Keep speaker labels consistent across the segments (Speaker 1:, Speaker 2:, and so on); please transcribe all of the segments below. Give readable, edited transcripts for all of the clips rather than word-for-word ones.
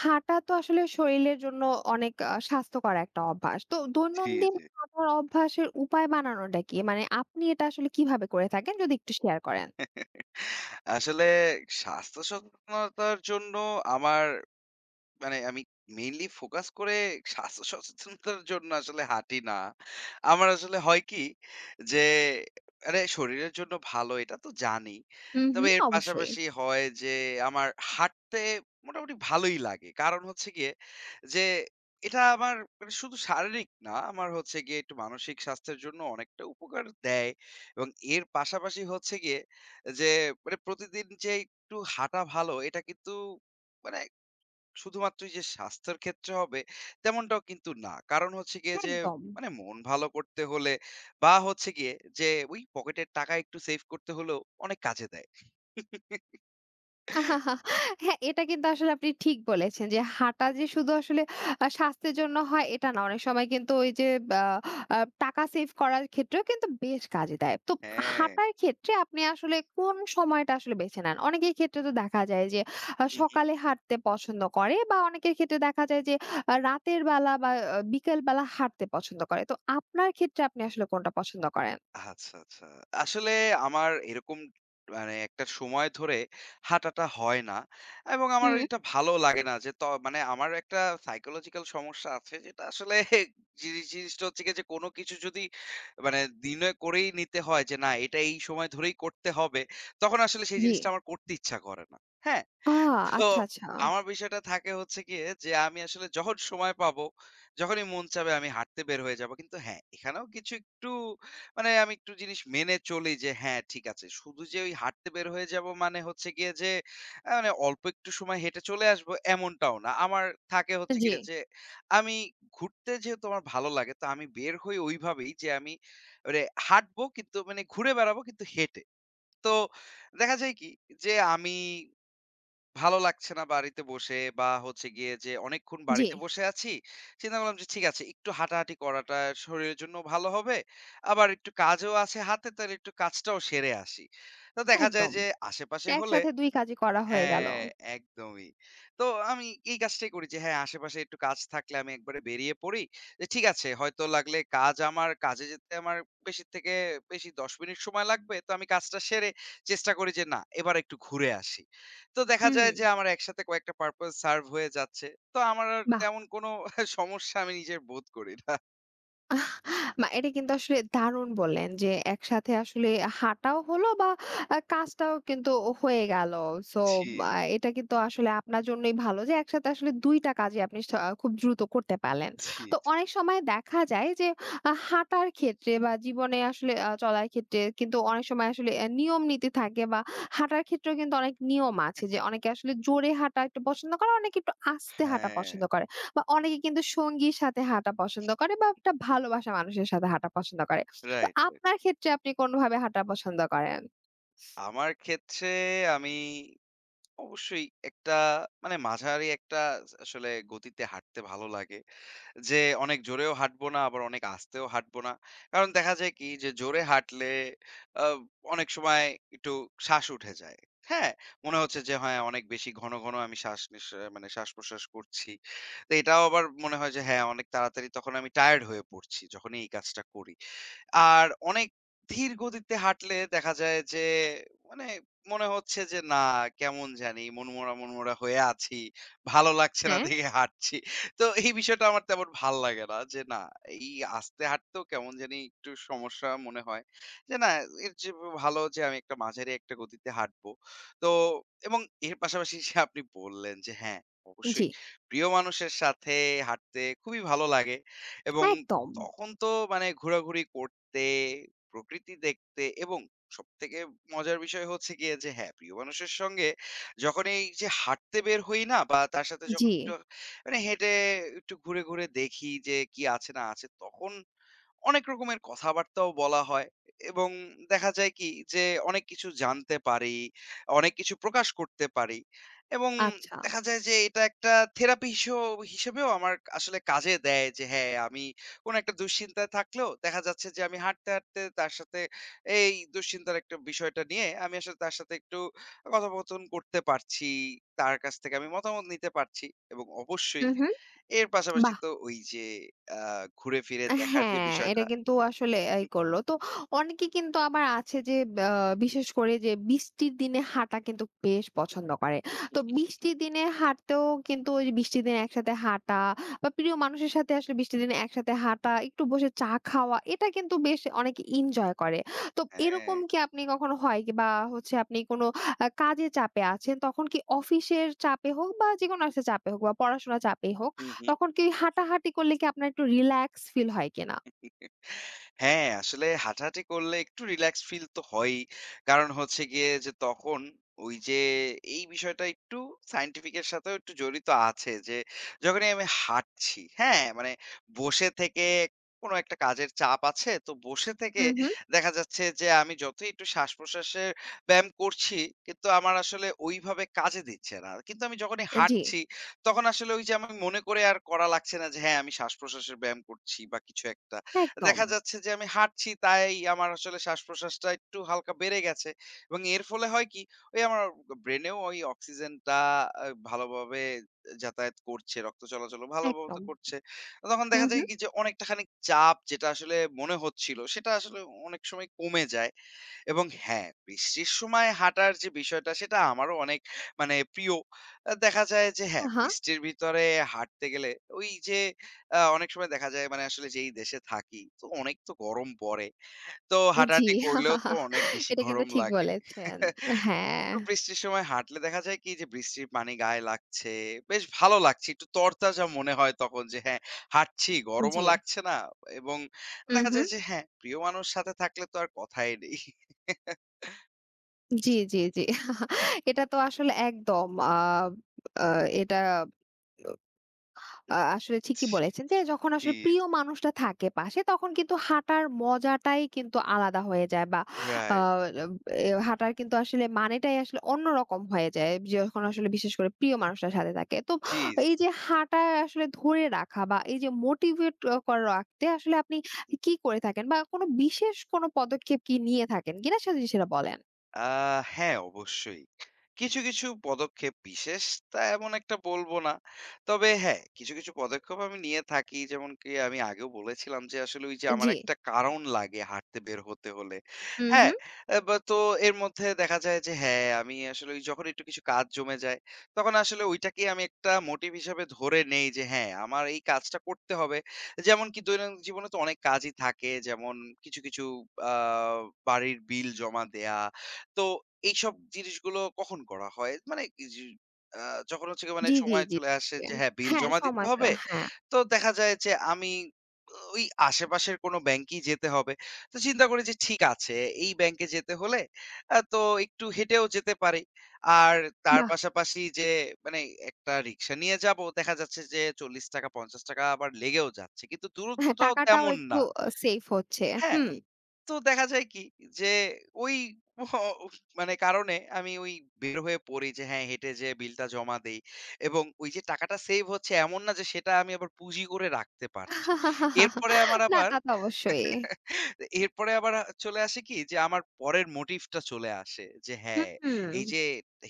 Speaker 1: হাঁটা তো আসলে শরীরের জন্য অনেক স্বাস্থ্যকর একটা অভ্যাস। তো
Speaker 2: জি,
Speaker 1: দৈনন্দিন
Speaker 2: জি।
Speaker 1: হাঁটার অভ্যাসের উপায় বানানোটা কি? মানে আপনি এটা আসলে কিভাবে করে থাকেন যদি একটু শেয়ার করেন?
Speaker 2: আসলে স্বাস্থ্য সচেতনতার জন্য আমার মানে আমি মেইনলি ফোকাস করে স্বাস্থ্য সচেতনতার জন্য আসলে হাঁটি না। আমার আসলে হয় কি যে আরে শরীরের জন্য ভালো এটা তো জানি।
Speaker 1: হুম,
Speaker 2: তবে
Speaker 1: হুম।
Speaker 2: এর
Speaker 1: অবশ্যই।
Speaker 2: পাশাপাশি হয় যে আমার হাঁটতে মোটামুটি ভালোই লাগে। কারণ হচ্ছে গিয়ে যে এটা আমার মানে শুধু শারীরিক না, আমার হচ্ছে গিয়ে একটু মানসিক স্বাস্থ্যের জন্য অনেকটা উপকার দেয় এবং এর পাশাপাশি হচ্ছে গিয়ে যে মানে প্রতিদিন যে একটু হাঁটা ভালো এটা কিন্তু মানে শুধুমাত্র এই যে স্বাস্থ্যের ক্ষেত্রে হবে তেমনটাও কিন্তু না। কারণ হচ্ছে গিয়ে যে
Speaker 1: একদম।
Speaker 2: মানে মন ভালো করতে হলে বা হচ্ছে গিয়ে যে ওই পকেটের টাকা একটু সেভ করতে হলেও অনেক কাজে দেয়।
Speaker 1: হ্যাঁ, এটা কিন্তু আসলে আপনি ঠিক বলেছেন যে হাঁটা যে শুধু আসলে স্বাস্থ্যের জন্য হয় এটা না। অনেক সময় কিন্তু ওই যে আ আ টাকা সেভ করার ক্ষেত্রেও কিন্তু বেশ কাজে দেয়। তো
Speaker 2: হ্যাঁ।
Speaker 1: হাঁটার ক্ষেত্রে আপনি আসলে কোন সময়টা আসলে বেছে নেন? অনেকের ক্ষেত্রে তো দেখা যায় যে
Speaker 2: হু, হু।
Speaker 1: সকালে হাঁটতে পছন্দ করে বা অনেকের ক্ষেত্রে দেখা যায় যে রাতের বেলা বা বিকেল বেলা হাঁটতে পছন্দ করে। তো আপনার ক্ষেত্রে আপনি আসলে কোনটা পছন্দ করেন?
Speaker 2: আচ্ছা, আচ্ছা। আসলে আমার এরকম মানে একটা সময় ধরে হাঁটাটা হয় না এবং আমার
Speaker 1: হুম।
Speaker 2: এটা ভালো লাগে না যে ত মানে আমার একটা সাইকোলজিক্যাল সমস্যা আছে যেটা আসলে জিনিসটা হচ্ছে গিয়ে যে কোনো কিছু যদি মানে নির্ণয় করেই নিতে হয় যে না এটা এই সময় ধরেই করতে হবে, তখন আসলে সেই
Speaker 1: জি।
Speaker 2: জিনিসটা আমার করতে ইচ্ছা করে না। হ্যাঁ?
Speaker 1: আ
Speaker 2: তো
Speaker 1: আচ্ছা, আচ্ছা।
Speaker 2: আমার বিষয়টা থাকে হচ্ছে গিয়ে যে আমি আসলে যখন সময় পাবো, যখনই মন চাবে আমি হাঁটতে বের হয়ে যাবো। কিন্তু হ্যাঁ, এখানেও কিছু একটু মানে আমি একটু জিনিস মেনে চলি যে হ্যাঁ, ঠিক আছে। শুধু যে ওই হাঁটতে বের হয়ে যাবো মানে হচ্ছে গিয়ে যে মানে অল্প একটু সময় হেঁটে চলে আসবো এমনটাও না। আমার থাকে হচ্ছে
Speaker 1: জি,
Speaker 2: গিয়ে যে আমি ঘুরতে যেহেতু আমার ভালো লাগে তো আমি বের হই ওইভাবেই যে আমি মানে হাঁটবো কিন্তু মানে ঘুরে বেড়াবো কিন্তু হেঁটে। তো দেখা যায় কি যে আমি ভালো লাগছে না বাড়িতে বসে বা হচ্ছে গিয়ে যে অনেকক্ষণ
Speaker 1: জি।
Speaker 2: বাড়িতে বসে আছি। চিন্তা করলাম যে ঠিক আছে একটু হাঁটাহাঁটি করাটা শরীরের জন্য ভালো হবে। আবার একটু কাজও আছে হাতে তাহলে একটু কাজটাও সেরে আসি। তো দেখা যায়
Speaker 1: একদম।
Speaker 2: যে আশেপাশে হলে
Speaker 1: একসাথে ২ কাজই করা হয়ে গেল।
Speaker 2: হ্যাঁ, একদমই। তো আমি এই কাজটাই করি যে হ্যাঁ, আশেপাশে একটু কাজ থাকলে আমি একবারে বেরিয়ে পড়ি। যে ঠিক আছে হয়তো লাগলে কাজ আমার কাজে যেতে আমার বেশি থেকে বেশি ১০ মিনিট সময় লাগবে। তো আমি কাজটা সেরে চেষ্টা করি যে না এবার একটু ঘুরে আসি। তো দেখা
Speaker 1: হুম।
Speaker 2: যায় যে আমার একসাথে কয়েকটা পারপাস সার্ভ হয়ে যাচ্ছে। তো আমার আর
Speaker 1: বাহ!
Speaker 2: তেমন কোনো সমস্যা আমি নিজের বোধ করি না।
Speaker 1: বা এটা কিন্তু আসলে দারুণ বললেন যে একসাথে আসলে হাঁটাও হলো বা কাজটাও কিন্তু হয়ে গেল। সো
Speaker 2: জি, জি,
Speaker 1: এটা কিন্তু আসলে আপনার জন্যই ভালো যে একসাথে আসলে ২ টা কাজই আপনি আহ, খুব দ্রুত করতে পারলেন।
Speaker 2: জি,
Speaker 1: তো
Speaker 2: জি।
Speaker 1: অনেক সময় দেখা যায় যে হাঁটার ক্ষেত্রে বা জীবনে আসলে চলার ক্ষেত্রে কিন্তু অনেক সময় আসলে নিয়ম নীতি থাকে বা হাঁটার ক্ষেত্রেও কিন্তু অনেক নিয়ম আছে যে অনেকে আসলে জোরে হাঁটা একটু পছন্দ করে, অনেকে একটু আস্তে হাঁটা
Speaker 2: হ্যাঁ,
Speaker 1: পছন্দ করে। বা অনেকে কিন্তু সঙ্গীর সাথে হাঁটা পছন্দ করে বা একটা ভালোবাসা মানুষের সাথে হাঁটা পছন্দ করে। তো
Speaker 2: রাইট, রাইট।
Speaker 1: আপনার ক্ষেত্রে আপনি কোনভাবে হাঁটা পছন্দ করেন?
Speaker 2: আমার ক্ষেত্রে আমি অবশ্যই একটা মানে মাঝারি একটা আসলে গতিতে হাঁটতে ভালো লাগে। যে অনেক জোরেও হাঁটবো না, আবার অনেক আস্তেও হাঁটবো না। কারণ দেখা যায় কি যে জোরে হাঁটলে আ অনেক সময় একটু শ্বাস উঠে যায়। হ্যাঁ? মনে হচ্ছে যে হ্যাঁ, অনেক বেশি ঘন, ঘন আমি শ্বাস নিস মানে শ্বাস-প্রশ্বাস করছি। তো এটাও আবার মনে হয় যে হ্যাঁ, অনেক তাড়াতাড়ি তখন আমি টায়ার্ড হয়ে পড়ছি যখনই এই কাজটা করি। আর অনেক ধীর গতিতে হাঁটলে দেখা যায় যে মানে মনে হচ্ছে যে না কেমন জানি মনমরা, মনমরা হয়ে আছি। ভালো লাগছে না
Speaker 1: হ্যাঁ।
Speaker 2: দেখে হাঁটছি। তো এই বিষয়টা আমার তেমন ভাল লাগে না যে না এই আস্তে হাঁটতেও কেমন জানি একটু সমস্যা মনে হয়। যে না এর চেয়ে ভালো যে আমি একটা মাঝারি একটা গতিতে হাঁটবো। তো এবং এর পাশাপাশি যে আপনি বললেন যে হ্যাঁ,
Speaker 1: জি।
Speaker 2: অবশ্যই প্রিয় মানুষের সাথে হাঁটতে খুবই ভালো লাগে এবং
Speaker 1: একদম।
Speaker 2: তখন তো মানে ঘোরাঘুরি কর দেখতে, প্রকৃতি দেখতে এবং সবথেকে মজার বিষয় হচ্ছে গিয়ে যে হ্যাঁ, প্রিয় মানুষের সঙ্গে যখন এই যে হাঁটতে বের হই না বা তার সাথে
Speaker 1: জি।
Speaker 2: যখন একটু মানে হেঁটে একটু ঘুরে, ঘুরে দেখি যে কি আছে না আছে তখন অনেক রকমের কথাবার্তাও বলা হয় এবং দেখা যায় কি যে অনেক কিছু জানতে পারি, অনেক কিছু প্রকাশ করতে পারি এবং
Speaker 1: আচ্ছা।
Speaker 2: দেখা যায় যে এটা একটা থেরাপি হিসেবেও আমার আসলে কাজে দেয় যে হ্যাঁ, আমি কোনো একটা দুশ্চিন্তায় থাকলেও দেখা যাচ্ছে যে আমি হাঁটতে, হাঁটতে তার সাথে এই দুশ্চিন্তার একটা বিষয়টা নিয়ে আমি আসলে তার সাথে একটু কথোপকথন করতে পারছি। তার কাছ থেকে আমি মতামত নিতে পারছি এবং
Speaker 1: হু,
Speaker 2: অবশ্যই
Speaker 1: হু।
Speaker 2: এর পাশাপাশি
Speaker 1: বাহ!
Speaker 2: তো ওই যে আ ঘুরে ফিরে দেখার যে
Speaker 1: হ্যাঁ, এটা
Speaker 2: বিষয়টা
Speaker 1: কিন্তু আসলে এই করল। তো অনেকে কিন্তু আবার আছে যে আ বিশেষ করে যে বৃষ্টির দিনে হাঁটা কিন্তু বেশ পছন্দ করে। তো বৃষ্টির দিনে হাঁটতেও কিন্তু ওই যে বৃষ্টির দিনে একসাথে হাঁটা বা প্রিয় মানুষের সাথে আসলে বৃষ্টির দিনে একসাথে হাঁটা, একটু বসে চা খাওয়া এটা কিন্তু বেশ অনেকে এনজয় করে। তো
Speaker 2: হ্যাঁ।
Speaker 1: এরকম কি আপনি কখনো হয় কি বা হচ্ছে আপনি কোনো কাজের চাপে আছেন তখন কি অফিসের চাপে হোক বা যেকোনো একটা চাপে হোক বা পড়াশোনার চাপেই হোক
Speaker 2: হু, হু,
Speaker 1: তখন কি হাঁটাহাঁটি করলে কি আপনার একটু রিল্যাক্স ফিল হয় কিনা?
Speaker 2: হ্যাঁ, আসলে হাঁটাহাঁটি করলে একটু রিল্যাক্স ফিল তো হয়ই। কারণ হচ্ছে গিয়ে যে তখন ওই যে এই বিষয়টা একটু সায়েন্টিফিক এর সাথেও একটু জড়িত আছে যে যখনই আমি হাঁটছি, হ্যাঁ? মানে বসে থেকে কোনো একটা কাজের চাপ আছে। তো বসে থেকে
Speaker 1: হুম।
Speaker 2: দেখা যাচ্ছে যে আমি যতই একটু শ্বাস-প্রশ্বাসের ব্যায়াম করছি কিন্তু আমার আসলে ওইভাবে কাজে দিচ্ছে না। কিন্তু আমি যখনই
Speaker 1: জি,
Speaker 2: হাঁটছি তখন আসলে ওই যে আমি মনে করে আর করা লাগছে না যে হ্যাঁ, আমি শ্বাস-প্রশ্বাসের ব্যায়াম করছি বা কিছু একটা।
Speaker 1: একদম,
Speaker 2: দেখা যাচ্ছে যে আমি হাঁটছি তাই আমার আসলে শ্বাসপ্রশ্বাসটা একটু হালকা বেড়ে গেছে এবং এর ফলে হয় কি ওই আমার ব্রেনেও ওই অক্সিজেনটা আহ, ভালোভাবে যাতায়াত করছে রক্ত চলাচল ভালোভাবে
Speaker 1: একদম।
Speaker 2: করছে তখন
Speaker 1: হুম,
Speaker 2: দেখা যায়
Speaker 1: হুম।
Speaker 2: কি যে অনেকটা খানিক চাপ যেটা আসলে মনে হচ্ছিল সেটা আসলে অনেক সময় কমে যায় এবং হ্যাঁ, বৃষ্টির সময় হাঁটার যে বিষয়টা সেটা আমারও অনেক মানে প্রিয়। দেখা যায় যে হ্যাঁ,
Speaker 1: আহা!
Speaker 2: বৃষ্টির ভিতরে হাঁটতে গেলে ওই যে অনেক সময় দেখা যায় মানে আসলে যেই দেশে থাকি তো অনেক তো গরম পড়ে। তো
Speaker 1: জি।
Speaker 2: হাঁটাহাঁটি করলেও তো অনেক বেশি
Speaker 1: এটা কিন্তু
Speaker 2: গরম
Speaker 1: ঠিক
Speaker 2: লাগে।
Speaker 1: বলেছেন। হ্যাঁ,
Speaker 2: তো বৃষ্টির সময় হাঁটলে দেখা যায় কি যে বৃষ্টির পানি গায়ে লাগছে। বেশ ভালো লাগছে। একটু তরতাজা মনে হয় তখন যে হ্যাঁ, হাঁটছি গরমও
Speaker 1: জি।
Speaker 2: লাগছে না এবং
Speaker 1: হুম,
Speaker 2: দেখা
Speaker 1: হুম।
Speaker 2: যায় যে হ্যাঁ, প্রিয় মানুষ সাথে থাকলে তো আর কথাই নেই।
Speaker 1: জি। এটা তো আসলে একদম আ আ এটা আসলে ঠিকই বলেছেন যে যখন
Speaker 2: জি,
Speaker 1: আসলে প্রিয়
Speaker 2: জি।
Speaker 1: মানুষটা থাকে পাশে তখন কিন্তু হাঁটার মজাটাই কিন্তু আলাদা হয়ে যায় বা আ
Speaker 2: রাইট।
Speaker 1: এ হাঁটার কিন্তু আসলে মানেটাই আসলে অন্যরকম হয়ে যায় যখন আসলে বিশেষ করে প্রিয় মানুষটার সাথে থাকে। তো
Speaker 2: জি, জি।
Speaker 1: এই যে হাঁটা আসলে ধরে রাখা বা এই যে মোটিভেট করে রাখতে আসলে আপনি কি করে থাকেন বা কোনো বিশেষ কোনো পদক্ষেপ কি নিয়ে থাকেন কিনা সে যদি সেটা বলেন?
Speaker 2: আ হ্যাঁ, অবশ্যই। কিছু, কিছু পদক্ষেপ বিশেষ তা এমন একটা বলব না। তবে হ্যাঁ, কিছু, কিছু পদক্ষেপ আমি নিয়ে থাকি। যেমন কি আমি আগেও বলেছিলাম যে আসলে ওই যে আমার
Speaker 1: জি।
Speaker 2: একটা কারণ লাগে হাঁটতে বের হতে হলে।
Speaker 1: হুম,
Speaker 2: হ্যাঁ?
Speaker 1: হুম।
Speaker 2: বা তো এর মধ্যে দেখা যায় যে হ্যাঁ, আমি আসলে ওই যখন একটু কিছু কাজ জমে যায়, তখন আসলে ওইটাকেই আমি একটা মোটিভ হিসেবে ধরে নেই যে হ্যাঁ, আমার এই কাজটা করতে হবে। যেমন কি দৈনন্দিন জীবনে তো অনেক কাজই থাকে। যেমন কিছু, কিছু আ বাড়ির বিল জমা দেয়া তো এইসব জিনিসগুলো কখন করা হয়? মানে এই যে আ যখন হচ্ছে গিয়ে মানে
Speaker 1: জি, জি,
Speaker 2: সময়
Speaker 1: জি।
Speaker 2: চলে আসে
Speaker 1: জি।
Speaker 2: যে হ্যাঁ, বিল
Speaker 1: হ্যাঁ,
Speaker 2: জমা দিতে
Speaker 1: সময়টা
Speaker 2: হবে।
Speaker 1: হ্যাঁ,
Speaker 2: তো দেখা যায় যে আমি ওই আশেপাশের কোনো ব্যাংকেই যেতে হবে। তো চিন্তা করি যে ঠিক আছে এই ব্যাংকে যেতে হলে তো একটু হেঁটেও যেতে পারি। আর তার
Speaker 1: বাহ!
Speaker 2: পাশাপাশি যে মানে একটা রিক্সা নিয়ে যাবো। দেখা যাচ্ছে যে ৳৪০, ৳৫০ আবার লেগেও যাচ্ছে। কিন্তু
Speaker 1: হ্যাঁ,
Speaker 2: দূরত্বটাও
Speaker 1: টাকাটাও
Speaker 2: তেমন
Speaker 1: একটু
Speaker 2: না।
Speaker 1: সেভ হচ্ছে।
Speaker 2: হ্যাঁ?
Speaker 1: হুম।
Speaker 2: তো দেখা যায় কি যে ওই মানে কারণে আমি ওই বের হয়ে পড়ি যে হ্যাঁ হেঁটে যে বিলটা জমা দেই এবং ওই যে টাকাটা সেভ হচ্ছে এমন না যে সেটা আমি আবার পুঁজি করে রাখতে পারছি। এরপরে আমার
Speaker 1: না
Speaker 2: আবার
Speaker 1: তা তো অবশ্যই।
Speaker 2: এরপরে আবার চলে আসে কি যে আমার পরের মোটিভটা চলে আসে যে হ্যাঁ,
Speaker 1: হুম।
Speaker 2: এই যে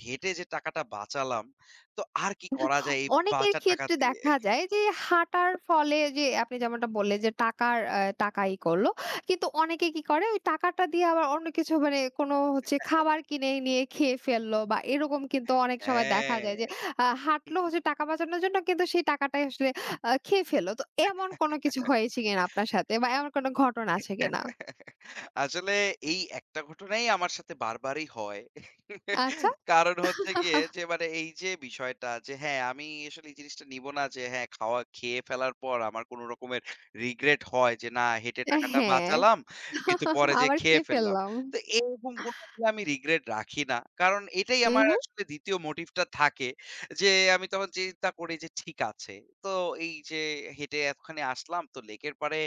Speaker 2: হেঁটে যে টাকাটা বাঁচালাম তো আর কি করা যায় এই
Speaker 1: অনেকের
Speaker 2: বাঁচা টাকা
Speaker 1: ক্ষেত্রে
Speaker 2: দিয়ে?
Speaker 1: দেখা যায় যে হাঁটার ফলে যে আপনি যেমনটা বললেন যে টাকার টাকা ই করল। কিন্তু অনেকে কি করে ওই টাকাটা দিয়ে আবার অন্য কিছু মানে কোনো হচ্ছে খাবার কিনে নিয়ে খেয়ে ফেললো বা এরকম কিন্তু অনেক সময় দেখা যায় যে
Speaker 2: হ্যাঁ।
Speaker 1: হাঁটলো হচ্ছে টাকা বাঁচানোর জন্য কিন্তু সেই টাকাটাই আসলে খেয়ে ফেলল। তো এমন কোনো কিছু হয়েছে কিনা আপনার সাথে বা এমন কোনো ঘটনা আছে কিনা?
Speaker 2: আসলে এই একটা ঘটনাই আমার সাথে বারবারই হয়।
Speaker 1: আচ্ছা।
Speaker 2: কারণ হচ্ছে গিয়ে যে মানে এই যে বিষয়টা যে হ্যাঁ, আমি আসলে এই জিনিসটা নিব না যে হ্যাঁ, খাওয়া খেয়ে ফেলার পর আমার কোন রকমের রিগ্রেট হয় যে না হেঁটে টাকাটা
Speaker 1: হ্যাঁ,
Speaker 2: বাঁচালাম। কিন্তু পরে যেয়ে
Speaker 1: আবার
Speaker 2: খেয়ে
Speaker 1: খেয়ে
Speaker 2: ফেললাম।
Speaker 1: ফেললাম।
Speaker 2: তো এরকম কোন আসলে আমি রিগ্রেট রাখি না। কারণ এটাই আমার
Speaker 1: উহু,
Speaker 2: আসলে ২য় মোটিভটা থাকে যে আমি তখন চিন্তা করি যে ঠিক আছে। তো এই যে হেঁটে এতখানি আসলাম তো লেকের পাড়ে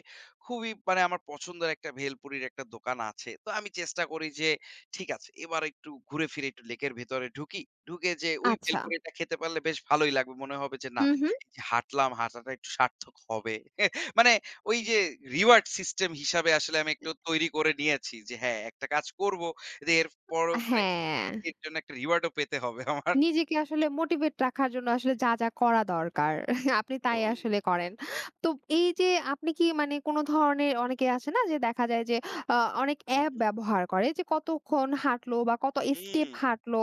Speaker 2: খুবই মানে আমার পছন্দের একটা ভেলপুরির একটা দোকান আছে। তো আমি চেষ্টা করি যে ঠিক আছে এবার একটু ঘুরে ফিরে একটু লেকের ভেতরে ঢুকি। ঢুকে যে ওই
Speaker 1: আচ্ছা।
Speaker 2: ভেলপুরিটা খেতে পারলে বেশ ভালোই লাগবে। মনে হবে যে না
Speaker 1: হু।
Speaker 2: এই যে হাঁটলাম, হাঁটাটা একটু সার্থক হবে। মানে ওই যে রিওয়ার্ড সিস্টেম হিসাবে আসলে আমি একটু তৈরি করে নিয়েছি যে হ্যাঁ, একটা কাজ করব। যে এরপরও মানে
Speaker 1: হ্যাঁ।
Speaker 2: এর জন্য একটা রিওয়ার্ড ও পেতে হবে আমার।
Speaker 1: নিজেকে আসলে মোটিভেট রাখার জন্য আসলে যা, যা করা দরকার আপনি তাই
Speaker 2: একদমই।
Speaker 1: আসলে করেন। তো এই যে আপনি কি মানে কোন ধরনের অনেকে আছে না যে দেখা যায় যে আ অনেক
Speaker 2: হু,
Speaker 1: অ্যাপ
Speaker 2: হু।
Speaker 1: ব্যবহার করে যে কতক্ষণ হাঁটলো বা কত
Speaker 2: হুম।
Speaker 1: স্টেপ হাঁটলো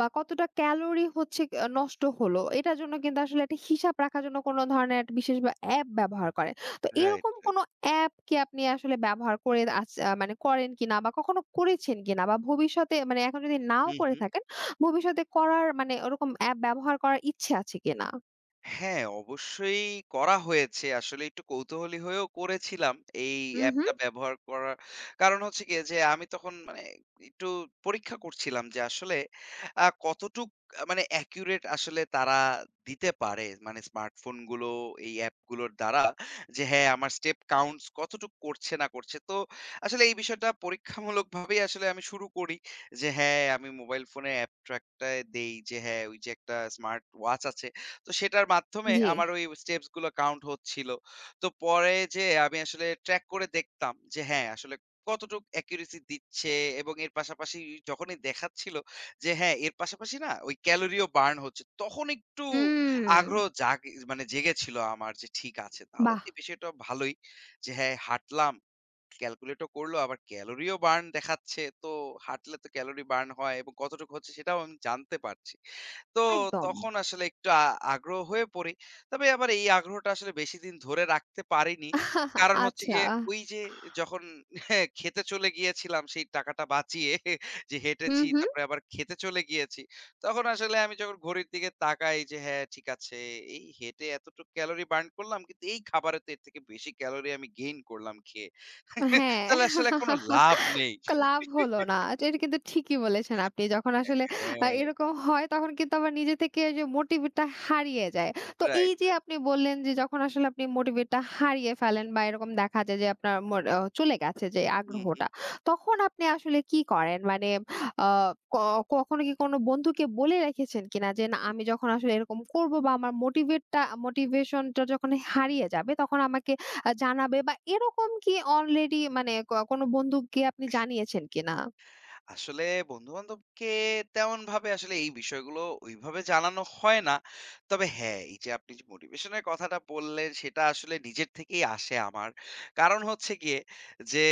Speaker 1: বা কতটা ক্যালোরি হচ্ছে নষ্ট হলো। এটার জন্য কিন্তু আসলে একটা হিসাব রাখার জন্য কোন ধরনের একটা বিশেষ বা অ্যাপ ব্যবহার করে। তো
Speaker 2: রাইট,
Speaker 1: এরকম কোন
Speaker 2: রাইট।
Speaker 1: অ্যাপ কি আপনি আসলে ব্যবহার করে আছ আ মানে করেন কিনা বা কখনো করেছেন কিনা বা ভবিষ্যতে মানে এখন যদি নাও
Speaker 2: হু,
Speaker 1: করে
Speaker 2: হু।
Speaker 1: থাকেন ভবিষ্যতে করার মানে ওরকম অ্যাপ ব্যবহার করার ইচ্ছে আছে কিনা?
Speaker 2: হ্যাঁ, অবশ্যই করা হয়েছে। আসলে একটু কৌতূহলী হয়েও করেছিলাম এই
Speaker 1: হুম।
Speaker 2: অ্যাপটা ব্যবহার করার। কারণ হচ্ছে গিয়ে যে আমি তখন মানে একটু পরীক্ষা করছিলাম যে আসলে কতটুক মানে accurate আসলে তারা দিতে পারে। মানে স্মার্টফোনগুলো এই অ্যাপগুলোর দ্বারা যে হ্যাঁ, আমার স্টেপ কাউন্টস কতটুক করছে না করছে। তো আসলে এই বিষয়টা পরীক্ষামূলকভাবেই আসলে আমি শুরু করি যে হ্যাঁ, আমি মোবাইল ফোনে অ্যাপ ট্র্যাকটায় দেই যে হ্যাঁ, ওই যে একটা স্মার্ট ওয়াচ আছে তো সেটার মাধ্যমে
Speaker 1: জি।
Speaker 2: আমার ওই স্টেপস গুলো কাউন্ট হচ্ছিল। তো পরে যেয়ে আমি আসলে ট্র্যাক করে দেখতাম যে হ্যাঁ, আসলে কতটুক অ্যাকুরেসি দিচ্ছে এবং এর পাশাপাশি যখনই দেখাচ্ছিল যে হ্যাঁ, এর পাশাপাশি না ওই ক্যালোরিও বার্ন হচ্ছে। তখন একটু
Speaker 1: হুম।
Speaker 2: আগ্রহ জাগে মানে জেগেছিল আমার যে ঠিক আছে। তাহলে
Speaker 1: বাহ!
Speaker 2: তো এই বিষয়টা ভালোই যে হ্যাঁ, হাঁটলাম। ক্যালকুলেটও করলো, আবার ক্যালোরিও বার্ন দেখাচ্ছে। তো হাঁটলে তো ক্যালোরি বার্ন হয় এবং কতটুকু হচ্ছে সেটাও আমি জানতে পারছি। তো
Speaker 1: একদম।
Speaker 2: তখন আসলে একটু আগ্রহ হয়ে পড়ি। তবে আবার এই আগ্রহটা আসলে বেশিদিন ধরে রাখতে পারিনি। কারণ হচ্ছে
Speaker 1: আচ্ছা।
Speaker 2: গিয়ে ওই যে যখন খেতে চলে গিয়েছিলাম সেই টাকাটা বাঁচিয়ে যে
Speaker 1: হুম,
Speaker 2: হেঁটেছি,
Speaker 1: হুম।
Speaker 2: তারপরে আবার খেতে চলে গিয়েছি। তখন আসলে আমি যখন ঘড়ির দিকে তাকাই যে হ্যাঁ, ঠিক আছে এই হেঁটে এতটুকু ক্যালোরি বার্ন করলাম। কিন্তু এই খাবারে তো এর থেকে বেশি ক্যালোরি আমি গেইন করলাম খেয়ে।
Speaker 1: হ্যাঁ,
Speaker 2: তাহলে আসলে কোনো লাভ নেই।
Speaker 1: লাভ হলো না। আচ্ছা, এটা কিন্তু ঠিকই বলেছেন আপনি। যখন আসলে
Speaker 2: হ্যাঁ,
Speaker 1: এরকম হয় তখন কিন্তু আবার নিজে থেকে ওই যে মোটিভেট টা হারিয়ে যায়। তো এই
Speaker 2: রাইট,
Speaker 1: যে
Speaker 2: রাইট।
Speaker 1: আপনি বললেন যে যখন আসলে আপনি মোটিভেট টা হারিয়ে ফেলেন বা এরকম দেখা যায় যে আপনার মোর অ চলে গেছে যে
Speaker 2: হুম, হুম।
Speaker 1: আগ্রহটা। তখন আপনি আসলে কি করেন? মানে আ ক কখনো কি কোনো বন্ধুকে বলে রেখেছেন কিনা যে না আমি যখন আসলে এরকম করব বা আমার মোটিভেট টা মোটিভেশন টা যখন হারিয়ে যাবে তখন আমাকে জানাবে বা এরকম কি অলরেডি মানে কোনো বন্ধুকে আপনি জানিয়েছেন কিনা?
Speaker 2: আসলে বন্ধু-বান্ধবকে তেমনভাবে আসলে এই বিষয়গুলো ওইভাবে জানানো হয় না। তবে হ্যাঁ, এই যে আপনি যে মোটিভেশন এর কথাটা বললেন সেটা আসলে নিজের থেকেই আসে আমার। কারণ হচ্ছে গিয়ে যে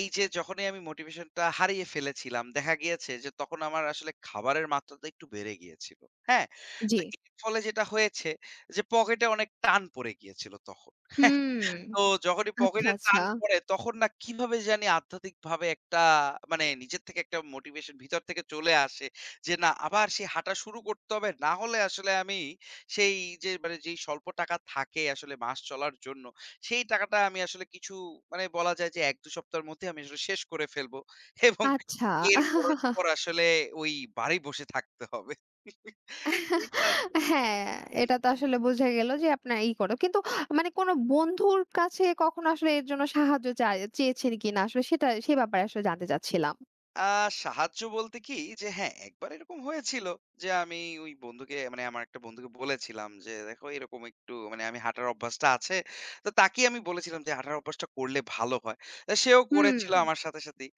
Speaker 2: এই যে যখনই আমি মোটিভেশন টা হারিয়ে ফেলেছিলাম, দেখা গিয়েছে যে তখন আমার আসলে খাবারের মাত্রাটা একটু বেড়ে গিয়েছিল। হ্যাঁ?
Speaker 1: জি।
Speaker 2: তো এর ফলে যেটা হয়েছে যে পকেটে অনেক টান পড়ে গিয়েছিল তখন।
Speaker 1: হুম।
Speaker 2: তো যখনই
Speaker 1: আচ্ছা,
Speaker 2: পকেটে
Speaker 1: আচ্ছা।
Speaker 2: টান পড়ে তখন না কিভাবে জানি আধ্যাত্মিকভাবে একটা মানে নিজের থেকে একটা মোটিভেশন ভিতর থেকে চলে আসে। যে না আবার সেই হাঁটা শুরু করতে হবে। না হলে আসলে আমি সেই যে মানে যেই স্বল্প টাকা থাকে আসলে মাস চলার জন্য, সেই টাকাটা আমি আসলে কিছু মানে বলা যায় যে ১-২ সপ্তাহের মধ্যে আমি আসলে শেষ করে ফেলবো। এবং
Speaker 1: আচ্ছা।
Speaker 2: এর পরস্পর আসলে ওই বাড়ি বসে থাকতে হবে। এটা
Speaker 1: হ্যাঁ, এটা তো আসলে বোঝা গেল যে আপনার ই করো। কিন্তু মানে কোনো বন্ধুর কাছে কখনো আসলে এর জন্য সাহায্য চেয়েছেন কিনা? আসলে সেটা সে ব্যাপারে আসলে জানতে চাচ্ছিলাম।
Speaker 2: আ সাহায্য বলতে কি যে হ্যাঁ, একবার এরকম হয়েছিল যে আমি ওই বন্ধুকে মানে আমার একটা বন্ধুকে বলেছিলাম যে, "দেখো এরকম একটু মানে আমি হাঁটার অভ্যাসটা আছে।" তো তাকেই আমি বলেছিলাম যে, "হাঁটার অভ্যাসটা করলে ভালো হয়।" তো সেও
Speaker 1: হুম।
Speaker 2: করেছিল আমার সাথে, সাথেই।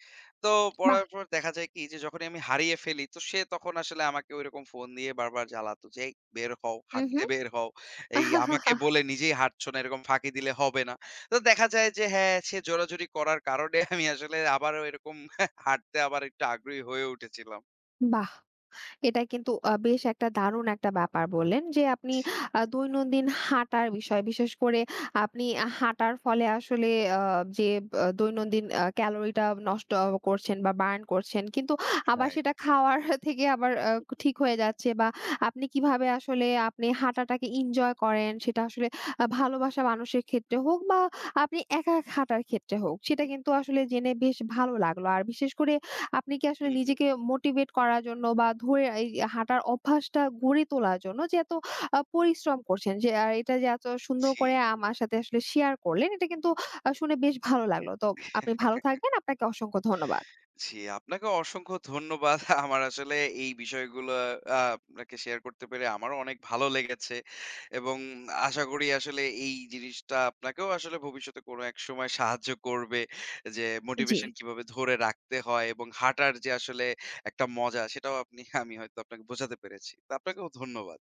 Speaker 2: তো
Speaker 1: বাহ!
Speaker 2: পড়ার পর দেখা যায় কি যে যখনই আমি হারিয়ে ফেলি তো সে তখন আসলে আমাকে ঐরকম ফোন দিয়ে বারবার জ্বালাতো যে, "এই বের হও,
Speaker 1: হু।
Speaker 2: হাঁটতে বের হও। এই আমাকে বলে নিজেই হাঁটছো না, এরকম ফাঁকি দিলে হবে না।" তো দেখা যায় যে হ্যাঁ, সে জোরাজুরি করার কারণে আমি আসলে আবারও এরকম হাঁটতে আবার একটু আগ্রহী হয়ে উঠেছিলাম।
Speaker 1: বাহ! এটা কিন্তু বেশ একটা দারুণ একটা ব্যাপার বললেন যে আপনি
Speaker 2: জি,
Speaker 1: দৈনন্দিন হাঁটার বিষয় বিশেষ করে আপনি হাঁটার ফলে আসলে আ যে আ দৈনন্দিন ক্যালোরিটা নষ্ট করছেন বা বার্ন করছেন কিন্তু আবার
Speaker 2: রাইট।
Speaker 1: সেটা খাওয়ার থেকে আবার ঠিক হয়ে যাচ্ছে বা আপনি কিভাবে আসলে আপনি হাঁটাটাকে এনজয় করেন সেটা আসলে ভালোবাসা মানুষের ক্ষেত্রে হোক বা আপনি একা হাঁটার ক্ষেত্রে হোক সেটা কিন্তু আসলে জেনে বেশ ভালো লাগলো। আর বিশেষ করে আপনি কি আসলে
Speaker 2: হু, হু।
Speaker 1: নিজেকে মোটিভেট করার জন্য বা ধরে এই হাঁটার অভ্যাসটা গড়ে তোলার জন্য যে এত পরিশ্রম করছেন যে আর এটা যে এত সুন্দর
Speaker 2: জি,
Speaker 1: করে
Speaker 2: জি।
Speaker 1: আমার সাথে আসলে শেয়ার করলেন এটা কিন্তু শুনে বেশ ভালো লাগলো। তো আপনি ভালো থাকবেন। আপনাকে অসংখ্য ধন্যবাদ।
Speaker 2: জি, আপনাকে অসংখ্য ধন্যবাদ। আমার আসলে এই বিষয়গুলো আপনাকে শেয়ার করতে পেরে আমারও অনেক ভালো লেগেছে। এবং আশা করি আসলে এই জিনিসটা আপনাকেও আসলে ভবিষ্যতে কোনো এক সময় সাহায্য করবে। যে
Speaker 1: জি।
Speaker 2: মোটিভেশন কিভাবে ধরে রাখতে হয় এবং হাঁটার যে আসলে একটা মজা সেটাও আপনি আমি হয়তো আপনাকে বোঝাতে পেরেছি। তো আপনাকেও ধন্যবাদ।